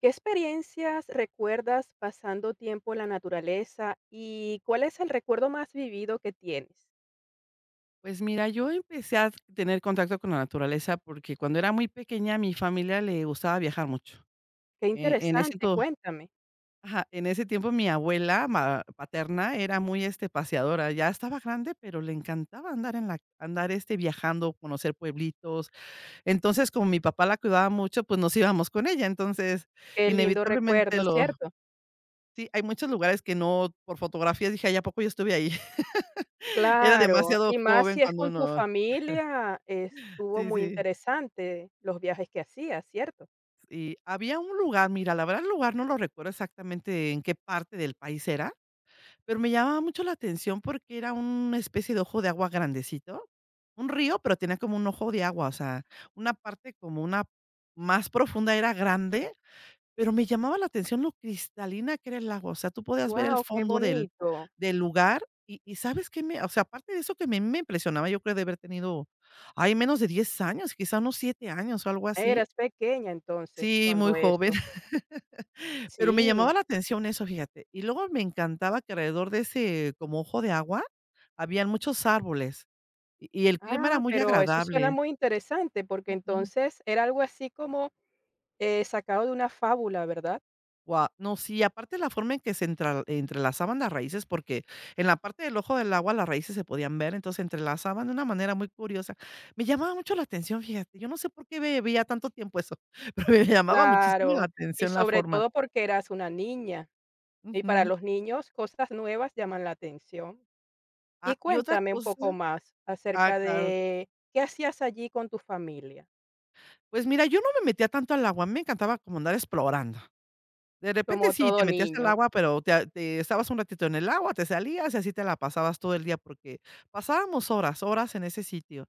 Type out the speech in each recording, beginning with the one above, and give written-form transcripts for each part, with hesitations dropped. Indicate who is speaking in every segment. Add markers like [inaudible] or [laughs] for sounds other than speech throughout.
Speaker 1: ¿Qué experiencias recuerdas pasando tiempo en la naturaleza y cuál es el recuerdo más vivido que tienes?
Speaker 2: Pues mira, yo empecé a tener contacto con la naturaleza porque cuando era muy pequeña, mi familia le gustaba viajar mucho.
Speaker 1: Qué
Speaker 2: En ese
Speaker 1: interesante,
Speaker 2: to
Speaker 1: cuéntame.
Speaker 2: Ajá, en ese tiempo mi abuela ma paterna era muy, paseadora, ya estaba grande, pero le encantaba andar en la andar, este, viajando, conocer pueblitos. Entonces, como mi papá la cuidaba mucho, pues, nos íbamos con ella. Entonces,
Speaker 1: Qué lindo
Speaker 2: inevitablemente
Speaker 1: recuerdo,
Speaker 2: lo
Speaker 1: ¿cierto?
Speaker 2: sí, hay muchos lugares que no por fotografías dije: "Ay, ¿a poco yo estuve ahí?". [laughs] Era
Speaker 1: Claro,
Speaker 2: demasiado
Speaker 1: y más
Speaker 2: joven
Speaker 1: si es
Speaker 2: cuando
Speaker 1: con tu
Speaker 2: uno
Speaker 1: familia, estuvo
Speaker 2: Sí,
Speaker 1: muy
Speaker 2: sí.
Speaker 1: interesante los viajes que hacías, ¿cierto?
Speaker 2: Y había un lugar, mira, la verdad el lugar no lo recuerdo exactamente en qué parte del país era, pero me llamaba mucho la atención porque era una especie de ojo de agua grandecito, un río, pero tenía como un ojo de agua, o sea, una parte como una más profunda era grande, pero me llamaba la atención lo cristalina que era el agua, o sea, tú podías ver el
Speaker 1: Wow, qué
Speaker 2: fondo del
Speaker 1: bonito.
Speaker 2: del lugar y ¿sabes qué me? O sea, aparte de eso que me impresionaba, yo creo de haber tenido, hay menos de 10 años, quizá unos 7 años o algo así.
Speaker 1: Eras pequeña entonces
Speaker 2: Sí, muy
Speaker 1: cuando
Speaker 2: joven.
Speaker 1: eso.
Speaker 2: Pero me
Speaker 1: Sí.
Speaker 2: llamaba la atención eso, fíjate. Y luego me encantaba que alrededor de ese como ojo de agua, habían muchos árboles y el clima era
Speaker 1: Ah,
Speaker 2: muy
Speaker 1: pero eso suena
Speaker 2: agradable.
Speaker 1: muy interesante porque
Speaker 2: Ujú.
Speaker 1: entonces era algo así como sacado de una fábula, ¿verdad?
Speaker 2: Guau, no, sí, aparte la forma en que se entral entrelazaban las raíces, porque en la parte del ojo del agua las raíces se podían ver, entonces se entrelazaban de una manera muy curiosa. Me llamaba mucho la atención, fíjate, yo no sé por qué ve veía tanto tiempo eso, [laughs] pero me llamaba muchísimo la
Speaker 1: Claro, y
Speaker 2: atención la
Speaker 1: sobre
Speaker 2: forma.
Speaker 1: todo porque eras una niña, y para
Speaker 2: Ujú.
Speaker 1: los niños cosas nuevas llaman la atención.
Speaker 2: Ah,
Speaker 1: Y
Speaker 2: y otra
Speaker 1: cuéntame un poco
Speaker 2: cosa
Speaker 1: más
Speaker 2: ah,
Speaker 1: acerca
Speaker 2: claro.
Speaker 1: de qué hacías allí con tu familia,
Speaker 2: Pues mira, yo no me metía tanto al agua, a mí me encantaba como andar explorando. De
Speaker 1: como
Speaker 2: repente sí,
Speaker 1: todo
Speaker 2: te metías al
Speaker 1: niño.
Speaker 2: agua, pero te estabas un ratito en el agua, te salías y así te la pasabas todo el día, porque pasábamos horas, horas en ese sitio.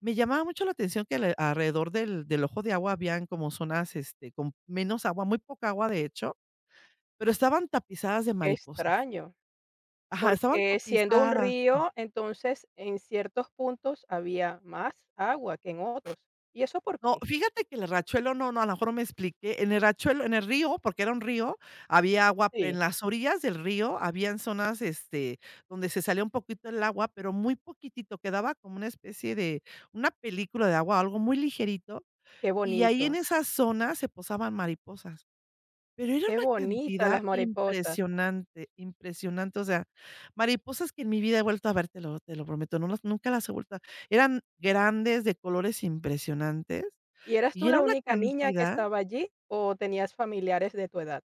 Speaker 2: Me llamaba mucho la atención que ale alrededor del ojo de agua habían como zonas, con menos agua, muy poca agua, de hecho, pero estaban tapizadas de
Speaker 1: Qué
Speaker 2: mariposas.
Speaker 1: extraño,
Speaker 2: Ajá, estaban
Speaker 1: porque siendo un
Speaker 2: tapizadas.
Speaker 1: río, entonces en ciertos puntos había más agua que en otros. ¿Y eso por
Speaker 2: No,
Speaker 1: qué?
Speaker 2: fíjate que el riachuelo no, no, a lo mejor no me expliqué. En el río, porque era un río, había agua,
Speaker 1: Sí,
Speaker 2: en las orillas del río habían zonas, donde se salía un poquito el agua, pero muy poquitito, quedaba como una especie de una película de agua, algo muy ligerito,
Speaker 1: qué
Speaker 2: y ahí
Speaker 1: bonito,
Speaker 2: en esa zona se posaban mariposas. Pero era
Speaker 1: qué
Speaker 2: una
Speaker 1: bonitas
Speaker 2: cantidad
Speaker 1: las mariposas.
Speaker 2: impresionante, impresionante, o sea, mariposas que en mi vida he vuelto a ver, te lo prometo, no las nunca las he vuelto a Eran grandes, de colores impresionantes.
Speaker 1: ¿Y eras tú
Speaker 2: Y era
Speaker 1: la
Speaker 2: una
Speaker 1: única niña que
Speaker 2: cantidad,
Speaker 1: estaba allí o tenías familiares de tu edad?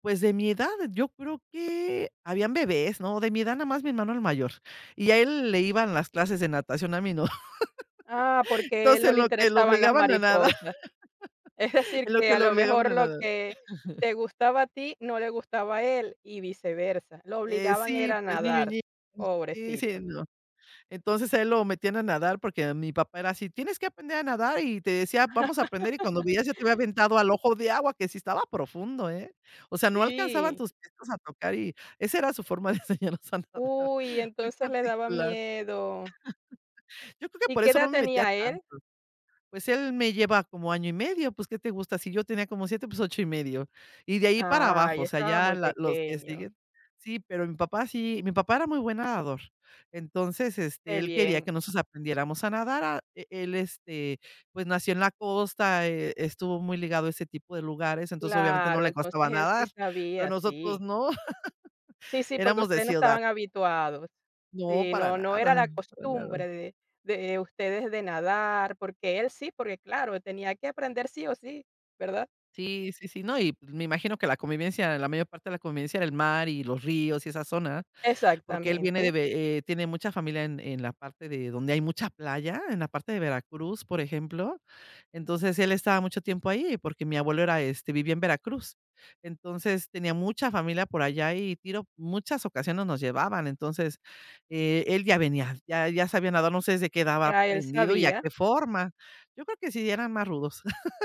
Speaker 2: pues, de mi edad, yo creo que habían bebés, ¿no? De mi edad, nada más mi hermano el mayor, y a él le iban las clases de natación, a mí no. [laughs]
Speaker 1: Ah, porque él
Speaker 2: Entonces,
Speaker 1: no
Speaker 2: en
Speaker 1: le
Speaker 2: lo que lo
Speaker 1: interesaban las
Speaker 2: obligaban a nada
Speaker 1: mariposas.
Speaker 2: [laughs]
Speaker 1: [laughs] Es decir,
Speaker 2: en lo
Speaker 1: que
Speaker 2: que
Speaker 1: a
Speaker 2: lo
Speaker 1: lo
Speaker 2: obligaban
Speaker 1: mejor
Speaker 2: a
Speaker 1: lo
Speaker 2: nadar.
Speaker 1: que te gustaba a ti no le gustaba a él y viceversa. Lo
Speaker 2: Eh,
Speaker 1: obligaban
Speaker 2: sí,
Speaker 1: era a
Speaker 2: pues, niño y
Speaker 1: nadar,
Speaker 2: niña. Sí, sí,
Speaker 1: pobrecito.
Speaker 2: no. Entonces, a él lo metían a nadar porque mi papá era así: "Tienes que aprender a nadar", y te decía: "Vamos a aprender", y cuando veías ya te había aventado al ojo de agua, que sí estaba profundo, ¿eh? O sea, no alcanzaban
Speaker 1: Sí.
Speaker 2: tus piecitos a tocar y esa era su forma de [laughs] enseñarnos a nadar,
Speaker 1: Uy,
Speaker 2: muy
Speaker 1: entonces le daba
Speaker 2: particular.
Speaker 1: miedo.
Speaker 2: Yo creo que
Speaker 1: ¿Y
Speaker 2: por
Speaker 1: qué
Speaker 2: eso
Speaker 1: edad
Speaker 2: no me metía
Speaker 1: tenía él?
Speaker 2: tanto. Pues él me lleva como año y medio, pues, ¿qué te gusta? Si yo tenía como 7, pues 8 y medio. Y de ahí para abajo,
Speaker 1: Ay,
Speaker 2: o sea,
Speaker 1: estaba
Speaker 2: ya
Speaker 1: muy
Speaker 2: la los que
Speaker 1: pequeño.
Speaker 2: siguen sí, pero mi papá sí, mi papá era muy buen nadador. Entonces,
Speaker 1: Qué
Speaker 2: él quería que
Speaker 1: bien.
Speaker 2: nosotros aprendiéramos a nadar, a e él, pues, nació en la costa, estuvo muy ligado a ese tipo de lugares, entonces, obviamente, no
Speaker 1: Claro,
Speaker 2: le
Speaker 1: entonces
Speaker 2: costaba
Speaker 1: él sí
Speaker 2: nadar, pero
Speaker 1: sabía,
Speaker 2: nosotros
Speaker 1: sí.
Speaker 2: no, [laughs]
Speaker 1: Sí, sí, porque
Speaker 2: éramos de
Speaker 1: ustedes no
Speaker 2: ciudad.
Speaker 1: estaban habituados.
Speaker 2: No,
Speaker 1: Sí,
Speaker 2: para
Speaker 1: no no
Speaker 2: nada,
Speaker 1: era la
Speaker 2: para nada.
Speaker 1: costumbre de ustedes de nadar, porque él sí, porque claro, tenía que aprender sí o sí, ¿verdad?
Speaker 2: Sí, sí, sí, no, y me imagino que la convivencia, la mayor parte de la convivencia era el mar y los ríos y esa zona, porque él viene de
Speaker 1: Exactamente.
Speaker 2: Ve tiene mucha familia en la parte de donde hay mucha playa, en la parte de Veracruz, por ejemplo. Entonces, él estaba mucho tiempo ahí, porque mi abuelo vivía en Veracruz. Entonces, tenía mucha familia por allá y tiro muchas ocasiones nos llevaban. Entonces, él ya venía, ya sabía nadar, no sé desde qué edad
Speaker 1: Ya él
Speaker 2: aprendido y a
Speaker 1: sabía.
Speaker 2: qué forma. Yo creo que sí eran más rudos. [laughs]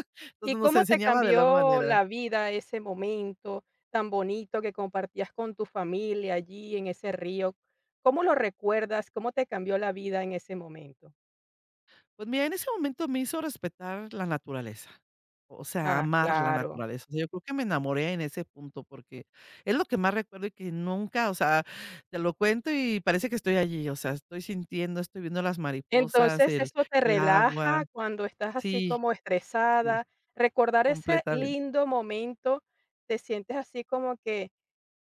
Speaker 1: ¿Y
Speaker 2: Entonces, nos
Speaker 1: cómo te
Speaker 2: enseñaba de la
Speaker 1: cambió
Speaker 2: manera.
Speaker 1: la vida ese momento tan bonito que compartías con tu familia allí en ese río? ¿Cómo lo recuerdas? ¿Cómo te cambió la vida en ese momento?
Speaker 2: Pues mira, en ese momento me hizo respetar la naturaleza, o sea,
Speaker 1: Ah,
Speaker 2: amar la
Speaker 1: claro.
Speaker 2: naturaleza. O sea, yo creo que me enamoré en ese punto, porque es lo que más recuerdo y que nunca, o sea, te lo cuento y parece que estoy allí, o sea, estoy sintiendo, estoy viendo las mariposas,
Speaker 1: Entonces, eso te
Speaker 2: el
Speaker 1: relaja
Speaker 2: agua.
Speaker 1: cuando estás así
Speaker 2: Sí,
Speaker 1: como
Speaker 2: sí,
Speaker 1: estresada. Recordar ese
Speaker 2: completamente.
Speaker 1: lindo momento, te sientes así como que,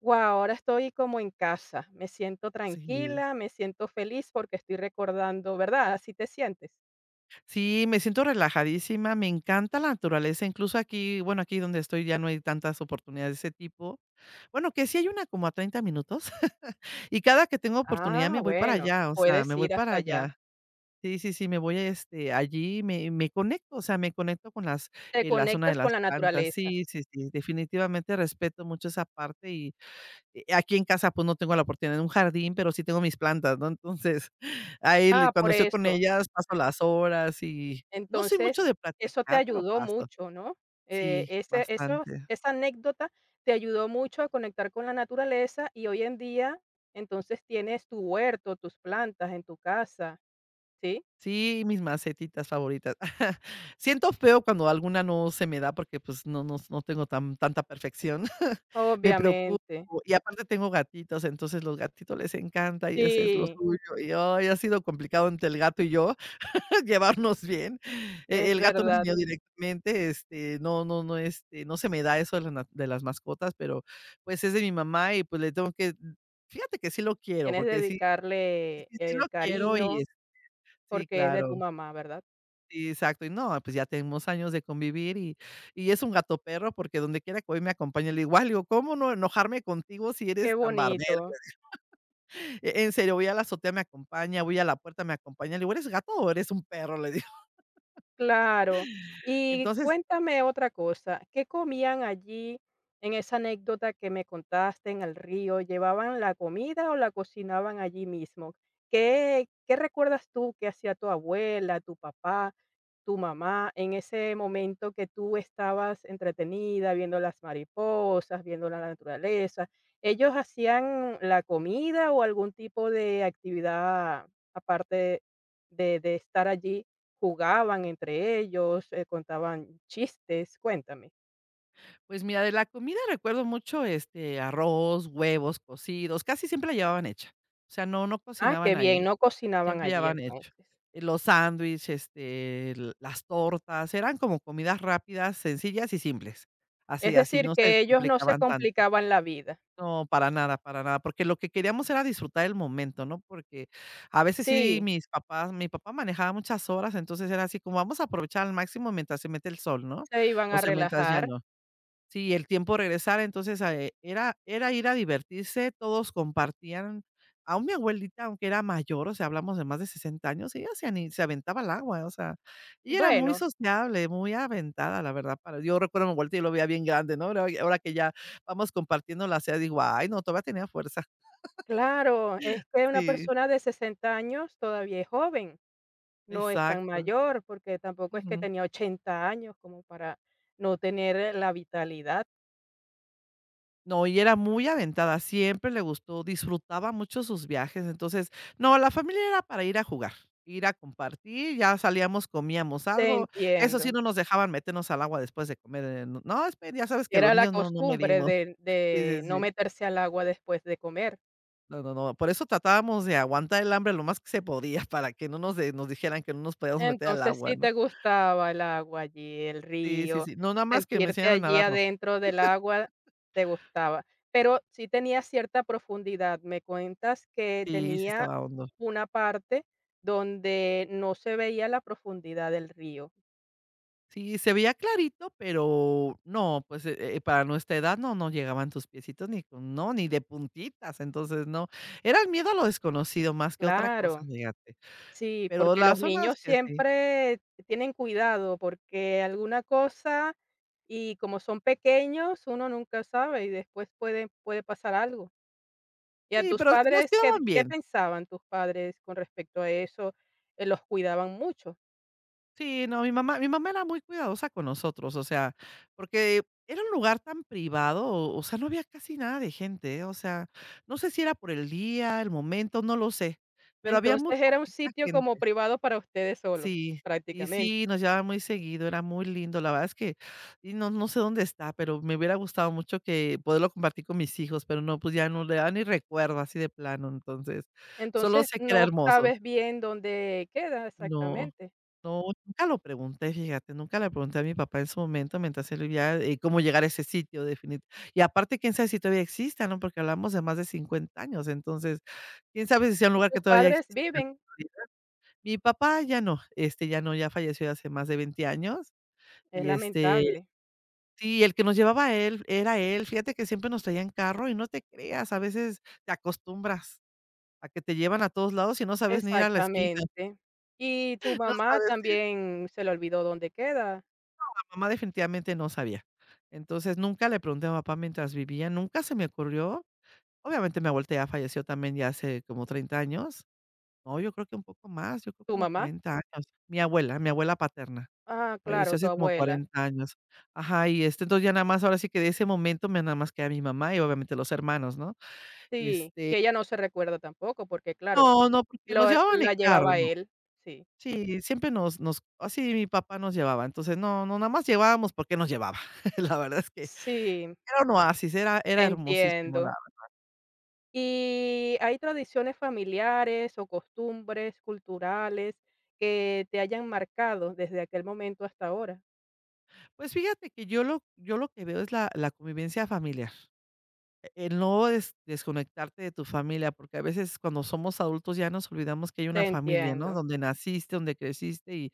Speaker 1: guau, ahora estoy como en casa, me siento
Speaker 2: Sí,
Speaker 1: tranquila, me siento feliz porque estoy recordando, ¿verdad? Así te sientes.
Speaker 2: sí, me siento relajadísima, me encanta la naturaleza, incluso aquí, bueno, aquí donde estoy ya no hay tantas oportunidades de ese tipo. Bueno, que sí hay una como a 30 minutos. Y cada que tengo oportunidad
Speaker 1: Ah,
Speaker 2: me voy para
Speaker 1: bueno,
Speaker 2: allá, o sea,
Speaker 1: puedes
Speaker 2: me voy
Speaker 1: ir
Speaker 2: para
Speaker 1: hasta allá.
Speaker 2: allá. Sí, sí, sí, me voy, allí me conecto, o sea, me conecto con las
Speaker 1: Te
Speaker 2: la zona de
Speaker 1: conectas
Speaker 2: las
Speaker 1: con la
Speaker 2: plantas.
Speaker 1: naturaleza.
Speaker 2: Sí, sí, sí, definitivamente respeto mucho esa parte y, aquí en casa, pues, no tengo la oportunidad de un jardín, pero sí tengo mis plantas, ¿no? Entonces, [laughs] ahí le
Speaker 1: Ah, por
Speaker 2: cuando estoy con
Speaker 1: eso.
Speaker 2: ellas paso las horas y no soy mucho
Speaker 1: Entonces,
Speaker 2: de
Speaker 1: eso te
Speaker 2: platicar, pero
Speaker 1: ayudó
Speaker 2: paso.
Speaker 1: mucho, ¿no?
Speaker 2: Sí,
Speaker 1: Ese esos
Speaker 2: bastante.
Speaker 1: esa anécdota te ayudó mucho a conectar con la naturaleza y hoy en día, entonces, tienes tu huerto, tus plantas en tu casa, ¿sí?
Speaker 2: Sí, mis macetitas favoritas. [laughs] Siento feo cuando alguna no se me da porque, pues, no tengo tanta perfección. [laughs] Me preocupo
Speaker 1: Obviamente.
Speaker 2: y aparte tengo gatitos, entonces los gatitos les encanta y ese es lo
Speaker 1: Sí,
Speaker 2: suyo y, ay, ha sido complicado entre el gato y yo [laughs] llevarnos bien. E
Speaker 1: es
Speaker 2: el gato no es
Speaker 1: verdad.
Speaker 2: mío directamente, no, no, no, no se me da eso de las na de las mascotas, pero, pues, es de mi mamá y, pues, le tengo que fíjate que sí lo quiero,
Speaker 1: Tienes que
Speaker 2: porque sí
Speaker 1: dedicarle
Speaker 2: sí sí lo
Speaker 1: el
Speaker 2: quiero y
Speaker 1: cariño
Speaker 2: es sí,
Speaker 1: porque es de
Speaker 2: claro.
Speaker 1: tu mamá, ¿verdad?
Speaker 2: Sí, exacto. Y no, pues ya tenemos años de convivir y es un gato perro porque donde quiera que voy me acompaña. Le digo: "Ay", le digo: "¿Cómo no enojarme contigo si
Speaker 1: Qué
Speaker 2: eres tan barbero?".
Speaker 1: bonito.
Speaker 2: En serio, voy a la azotea, me acompaña, voy a la puerta, me acompaña. Le digo: "¿Eres gato o eres un perro?", le digo.
Speaker 1: Claro.
Speaker 2: [laughs]
Speaker 1: Y
Speaker 2: Entonces,
Speaker 1: cuéntame otra cosa, ¿qué comían allí en esa anécdota que me contaste en el río? ¿Llevaban la comida o la cocinaban allí mismo? ¿Qué recuerdas tú que hacía tu abuela, tu papá, tu mamá en ese momento que tú estabas entretenida viendo las mariposas, viendo la naturaleza? ¿Ellos hacían la comida o algún tipo de actividad aparte de estar allí? Jugaban entre ellos, contaban chistes, cuéntame.
Speaker 2: pues mira, de la comida recuerdo mucho, arroz, huevos cocidos, casi siempre la llevaban hecha. O sea, no, no
Speaker 1: Ah, qué
Speaker 2: cocinaban
Speaker 1: bien,
Speaker 2: ahí.
Speaker 1: no cocinaban
Speaker 2: Siempre ya
Speaker 1: allí
Speaker 2: van hecho.
Speaker 1: entonces.
Speaker 2: Los sándwiches este, l las tortas, eran como comidas rápidas, sencillas y simples.
Speaker 1: Es
Speaker 2: Así así
Speaker 1: decir,
Speaker 2: no se
Speaker 1: que ellos no se
Speaker 2: complicaban tanto.
Speaker 1: complicaban la vida.
Speaker 2: No, para nada, porque lo que queríamos era disfrutar el momento, ¿no? Porque a veces sí
Speaker 1: Sí,
Speaker 2: mis papás mi papá manejaba muchas horas, entonces era así como: "Vamos a aprovechar al máximo mientras se mete el sol", ¿no?
Speaker 1: se iban
Speaker 2: O
Speaker 1: a
Speaker 2: sea, mientras
Speaker 1: relajar.
Speaker 2: ya no. Sí, el tiempo regresar, entonces, era ir a divertirse, todos compartían. Aún mi abuelita, aunque era mayor, o sea, hablamos de más de 60 años, ella se aventaba al agua, o sea, ella era muy
Speaker 1: Bueno,
Speaker 2: sociable, muy aventada, la verdad, para yo recuerdo mi abuelita, y lo veía bien grande, ¿no? Ahora que ya vamos compartiendo la edades, digo: "Ay, no, todavía tenía fuerza".
Speaker 1: claro, es que
Speaker 2: [laughs]
Speaker 1: una
Speaker 2: Sí,
Speaker 1: persona de 60 años todavía es joven, no es tan
Speaker 2: exacto.
Speaker 1: mayor, porque tampoco es que tenía 80 años como para no tener la vitalidad.
Speaker 2: No, y era muy aventada, siempre le gustó, disfrutaba mucho sus viajes. Entonces, no, la familia era para ir a jugar, ir a compartir, ya salíamos, comíamos
Speaker 1: Te
Speaker 2: algo. Eso sí,
Speaker 1: entiendo.
Speaker 2: no nos dejaban meternos al agua después de comer, no, no, espe ya sabes que
Speaker 1: Era
Speaker 2: los
Speaker 1: la
Speaker 2: niños no
Speaker 1: costumbre
Speaker 2: medimos.
Speaker 1: de
Speaker 2: Sí,
Speaker 1: de
Speaker 2: sí,
Speaker 1: no
Speaker 2: sí.
Speaker 1: meterse al agua después de comer.
Speaker 2: No, no, no, por eso tratábamos de aguantar el hambre lo más que se podía para que no nos dijeran que no nos podíamos meter al
Speaker 1: Entonces,
Speaker 2: agua,
Speaker 1: sí
Speaker 2: ¿no?
Speaker 1: te gustaba el agua allí, el
Speaker 2: Sí, sí,
Speaker 1: río,
Speaker 2: sí. No, nada más que me
Speaker 1: sentirte
Speaker 2: enseñaran a
Speaker 1: allí
Speaker 2: nadar, no.
Speaker 1: adentro del agua, te gustaba. Pero sí tenía cierta profundidad. Me cuentas que
Speaker 2: Sí, sí
Speaker 1: tenía
Speaker 2: estaba hondo.
Speaker 1: una parte donde no se veía la profundidad del río.
Speaker 2: Sí, se veía clarito, pero no, pues, para nuestra edad no, no llegaban tus piecitos ni con no, ni de puntitas, entonces no. Era el miedo a lo desconocido más que otra cosa,
Speaker 1: Claro,
Speaker 2: fíjate.
Speaker 1: sí,
Speaker 2: Pero
Speaker 1: porque los
Speaker 2: las zonas
Speaker 1: niños
Speaker 2: que sí.
Speaker 1: siempre tienen cuidado, porque alguna cosa y como son pequeños, uno nunca sabe y después puede pasar algo. ¿Y a
Speaker 2: Sí,
Speaker 1: tus
Speaker 2: pero nos
Speaker 1: padres qué
Speaker 2: quedaban
Speaker 1: qué
Speaker 2: bien.
Speaker 1: pensaban tus padres con respecto a eso? Los cuidaban mucho.
Speaker 2: Sí, no, mi mamá era muy cuidadosa con nosotros, o sea, porque era un lugar tan privado, o sea, no había casi nada de gente, ¿eh? O sea, no sé si era por el día, el momento, no lo sé, pero había muy
Speaker 1: Entonces, era un
Speaker 2: poquita
Speaker 1: sitio como
Speaker 2: gente.
Speaker 1: privado para ustedes solos,
Speaker 2: Sí, y
Speaker 1: prácticamente.
Speaker 2: sí, nos llevaba muy seguido, era muy lindo. La verdad es que no sé dónde está, pero me hubiera gustado mucho que poderlo compartir con mis hijos, pero no, pues ya no le da ni recuerdo así de plano. Entonces, solo
Speaker 1: Entonces,
Speaker 2: sé que era
Speaker 1: no
Speaker 2: hermoso.
Speaker 1: sabes bien dónde queda
Speaker 2: No,
Speaker 1: exactamente.
Speaker 2: no, nunca lo pregunté, fíjate, nunca le pregunté a mi papá en su momento mientras él vivía, cómo llegar a ese sitio definit. Y aparte, ¿quién sabe si todavía exista? ¿No? Porque hablamos de más de 50 años, entonces, quién sabe si sea un
Speaker 1: Y
Speaker 2: lugar que
Speaker 1: tus
Speaker 2: todavía
Speaker 1: padres
Speaker 2: exista.
Speaker 1: viven,
Speaker 2: Mi papá ya no, ya no, ya falleció hace más de 20 años,
Speaker 1: es
Speaker 2: y,
Speaker 1: lamentable.
Speaker 2: sí, el que nos llevaba a él era él, fíjate que siempre nos traía en carro, y no te creas, a veces te acostumbras a que te llevan a todos lados y no sabes ni ir a la esquina.
Speaker 1: Exactamente. ¿Y tu
Speaker 2: [laughs] No
Speaker 1: mamá
Speaker 2: sabes si tu
Speaker 1: también se le olvidó dónde queda?
Speaker 2: mamá definitivamente no sabía. Entonces, nunca le pregunté a papá mientras vivía, nunca se me ocurrió. Obviamente, mi abuelita ya falleció también ya hace como 30 años. No, yo creo que un poco más, yo creo
Speaker 1: ¿Tu
Speaker 2: como
Speaker 1: mamá?
Speaker 2: 40 años. Mi abuela paterna.
Speaker 1: Ah,
Speaker 2: Falleció
Speaker 1: claro, tu
Speaker 2: hace como
Speaker 1: abuela.
Speaker 2: 40 años. Ajá, y, entonces ya nada más, ahora sí que de ese momento me nada más queda mi mamá y obviamente los hermanos, ¿no?
Speaker 1: Sí,
Speaker 2: Este,
Speaker 1: que ella no se recuerda tampoco, porque claro,
Speaker 2: no, no, porque nos
Speaker 1: lo
Speaker 2: llevaban en
Speaker 1: la
Speaker 2: carro,
Speaker 1: llevaba
Speaker 2: ¿no?
Speaker 1: él, sí.
Speaker 2: Sí, siempre nos así mi papá nos llevaba, entonces nada más llevábamos porque nos llevaba. [laughs] La verdad es que
Speaker 1: Sí,
Speaker 2: era un oasis, era
Speaker 1: te
Speaker 2: era hermosísimo la.
Speaker 1: entiendo. ¿Y hay tradiciones familiares o costumbres culturales que te hayan marcado desde aquel momento hasta ahora?
Speaker 2: Pues fíjate que yo lo que veo es la convivencia familiar. El no desconectarte de tu familia, porque a veces cuando somos adultos ya nos olvidamos que hay
Speaker 1: Te
Speaker 2: una familia, ¿no?
Speaker 1: entiendo.
Speaker 2: Donde naciste, donde creciste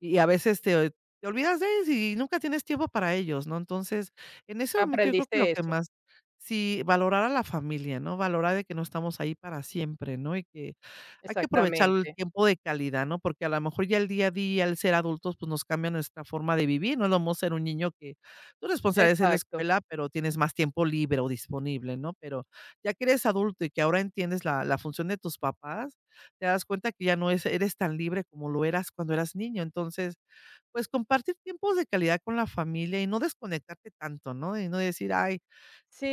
Speaker 2: y a veces te olvidas de ellos y nunca tienes tiempo para ellos, ¿no? Entonces, en ese momento yo creo que lo
Speaker 1: Aprendiste
Speaker 2: que
Speaker 1: eso.
Speaker 2: más sí, valorar a la familia, ¿no? Valorar de que no estamos ahí para siempre, ¿no? Y que hay que aprovechar el
Speaker 1: Exactamente.
Speaker 2: tiempo de calidad, ¿no? Porque a lo mejor ya el día a día, el ser adultos, pues, nos cambia nuestra forma de vivir, no es lo mismo ser un niño que tu responsabilidad es en la
Speaker 1: Exacto.
Speaker 2: escuela, pero tienes más tiempo libre o disponible, ¿no? Pero ya que eres adulto y que ahora entiendes la función de tus papás, te das cuenta que ya no es eres tan libre como lo eras cuando eras niño. Entonces, pues, compartir tiempos de calidad con la familia y no desconectarte tanto, ¿no? Y no decir: "Ay,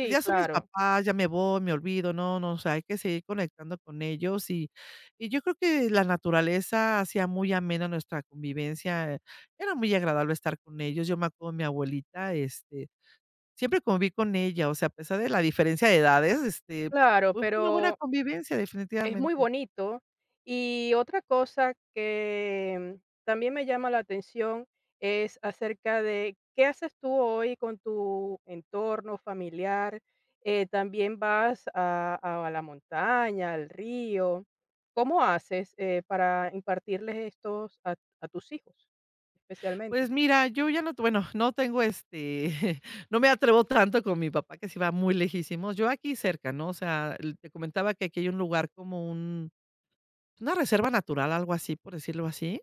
Speaker 2: pues, ya son mis
Speaker 1: claro.
Speaker 2: papás, ya me voy, me olvido". No, no, o sea, hay que seguir conectando con ellos y yo creo que la naturaleza hacía muy amena nuestra convivencia, era muy agradable estar con ellos. Yo me acuerdo de mi abuelita, siempre conviví con ella, o sea, a pesar de la diferencia de edades,
Speaker 1: Claro,
Speaker 2: fue una buena
Speaker 1: pero
Speaker 2: convivencia,
Speaker 1: es muy
Speaker 2: definitivamente.
Speaker 1: bonito. Y otra cosa que también me llama la atención es acerca de qué haces tú hoy con tu entorno familiar. También vas a la montaña, al río. ¿Cómo haces para impartirles estos a tus hijos, especialmente?
Speaker 2: Pues mira, yo ya no tengo, [laughs] no me atrevo tanto con mi papá, que se va muy lejísimos. Yo aquí cerca, ¿no? O sea, el te comentaba que aquí hay un lugar como un una reserva natural, algo así, por decirlo así,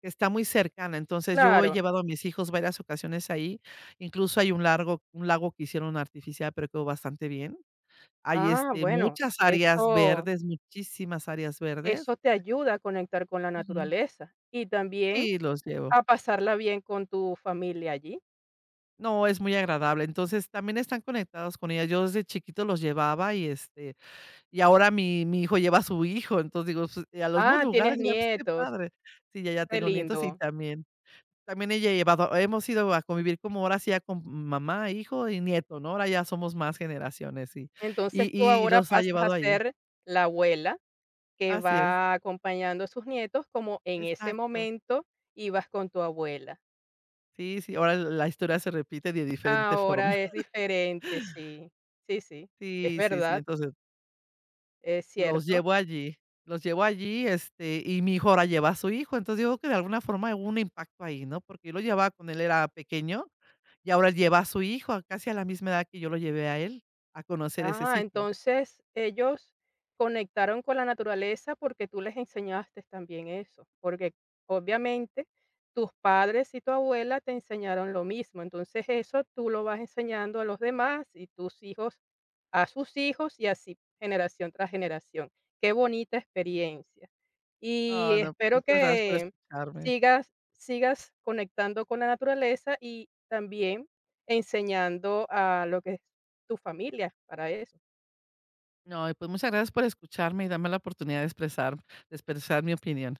Speaker 2: que está muy cercana. Entonces, yo he
Speaker 1: Claro.
Speaker 2: llevado a mis hijos varias ocasiones ahí. Incluso hay un lago que hicieron artificial, pero quedó bastante bien. Hay,
Speaker 1: Ah, bueno,
Speaker 2: muchas áreas
Speaker 1: eso,
Speaker 2: verdes, muchísimas áreas verdes.
Speaker 1: eso te ayuda a conectar con la
Speaker 2: Ujú.
Speaker 1: naturaleza y también
Speaker 2: Sí, los llevo.
Speaker 1: a pasarla bien con tu familia allí.
Speaker 2: No, es muy agradable. Entonces, también están conectados con ella. Yo desde chiquito los llevaba y, y ahora mi hijo lleva a su hijo. Entonces, digo, pues, a los mismos
Speaker 1: Ah, tienes
Speaker 2: lugares, digo: "Ay, pues, qué
Speaker 1: nietos,
Speaker 2: padre". Sí, ya
Speaker 1: qué
Speaker 2: tengo nietos y
Speaker 1: lindo.
Speaker 2: también también ella ha llevado hemos ido a convivir como ahora sí ya con mamá, hijo y nieto, ¿no? Ahora ya somos más generaciones, y
Speaker 1: Entonces,
Speaker 2: Y
Speaker 1: tú ahora
Speaker 2: los ha
Speaker 1: pasas a
Speaker 2: llevado ahí.
Speaker 1: ser la abuela que
Speaker 2: Así es,
Speaker 1: va acompañando a sus nietos como en ese
Speaker 2: exacto.
Speaker 1: momento ibas con tu abuela.
Speaker 2: Sí, sí, ahora la historia se repite de diferente forma.
Speaker 1: Ahora es diferente,
Speaker 2: [laughs]
Speaker 1: sí. Sí, sí, es
Speaker 2: Sí, sí, sí,
Speaker 1: verdad,
Speaker 2: entonces,
Speaker 1: es
Speaker 2: los
Speaker 1: cierto.
Speaker 2: llevo allí, los llevo allí, y mi hijo ahora lleva a su hijo, entonces, yo creo que de alguna forma hubo un impacto ahí, ¿no? Porque yo lo llevaba cuando él era pequeño, y ahora él lleva a su hijo, a casi a la misma edad que yo lo llevé a él, a conocer ese
Speaker 1: Ah,
Speaker 2: sitio.
Speaker 1: entonces ellos conectaron con la naturaleza porque tú les enseñaste también eso, porque obviamente tus padres y tu abuela te enseñaron lo mismo, entonces eso tú lo vas enseñando a los demás y tus hijos a sus hijos y así generación tras generación. Qué bonita experiencia.
Speaker 2: Ah,
Speaker 1: Y
Speaker 2: no,
Speaker 1: espero
Speaker 2: pues, muchas gracias por
Speaker 1: que
Speaker 2: escucharme.
Speaker 1: sigas conectando con la naturaleza y también enseñando a lo que tu familia para eso.
Speaker 2: No, y pues, muchas gracias por escucharme y darme la oportunidad de expresar mi opinión.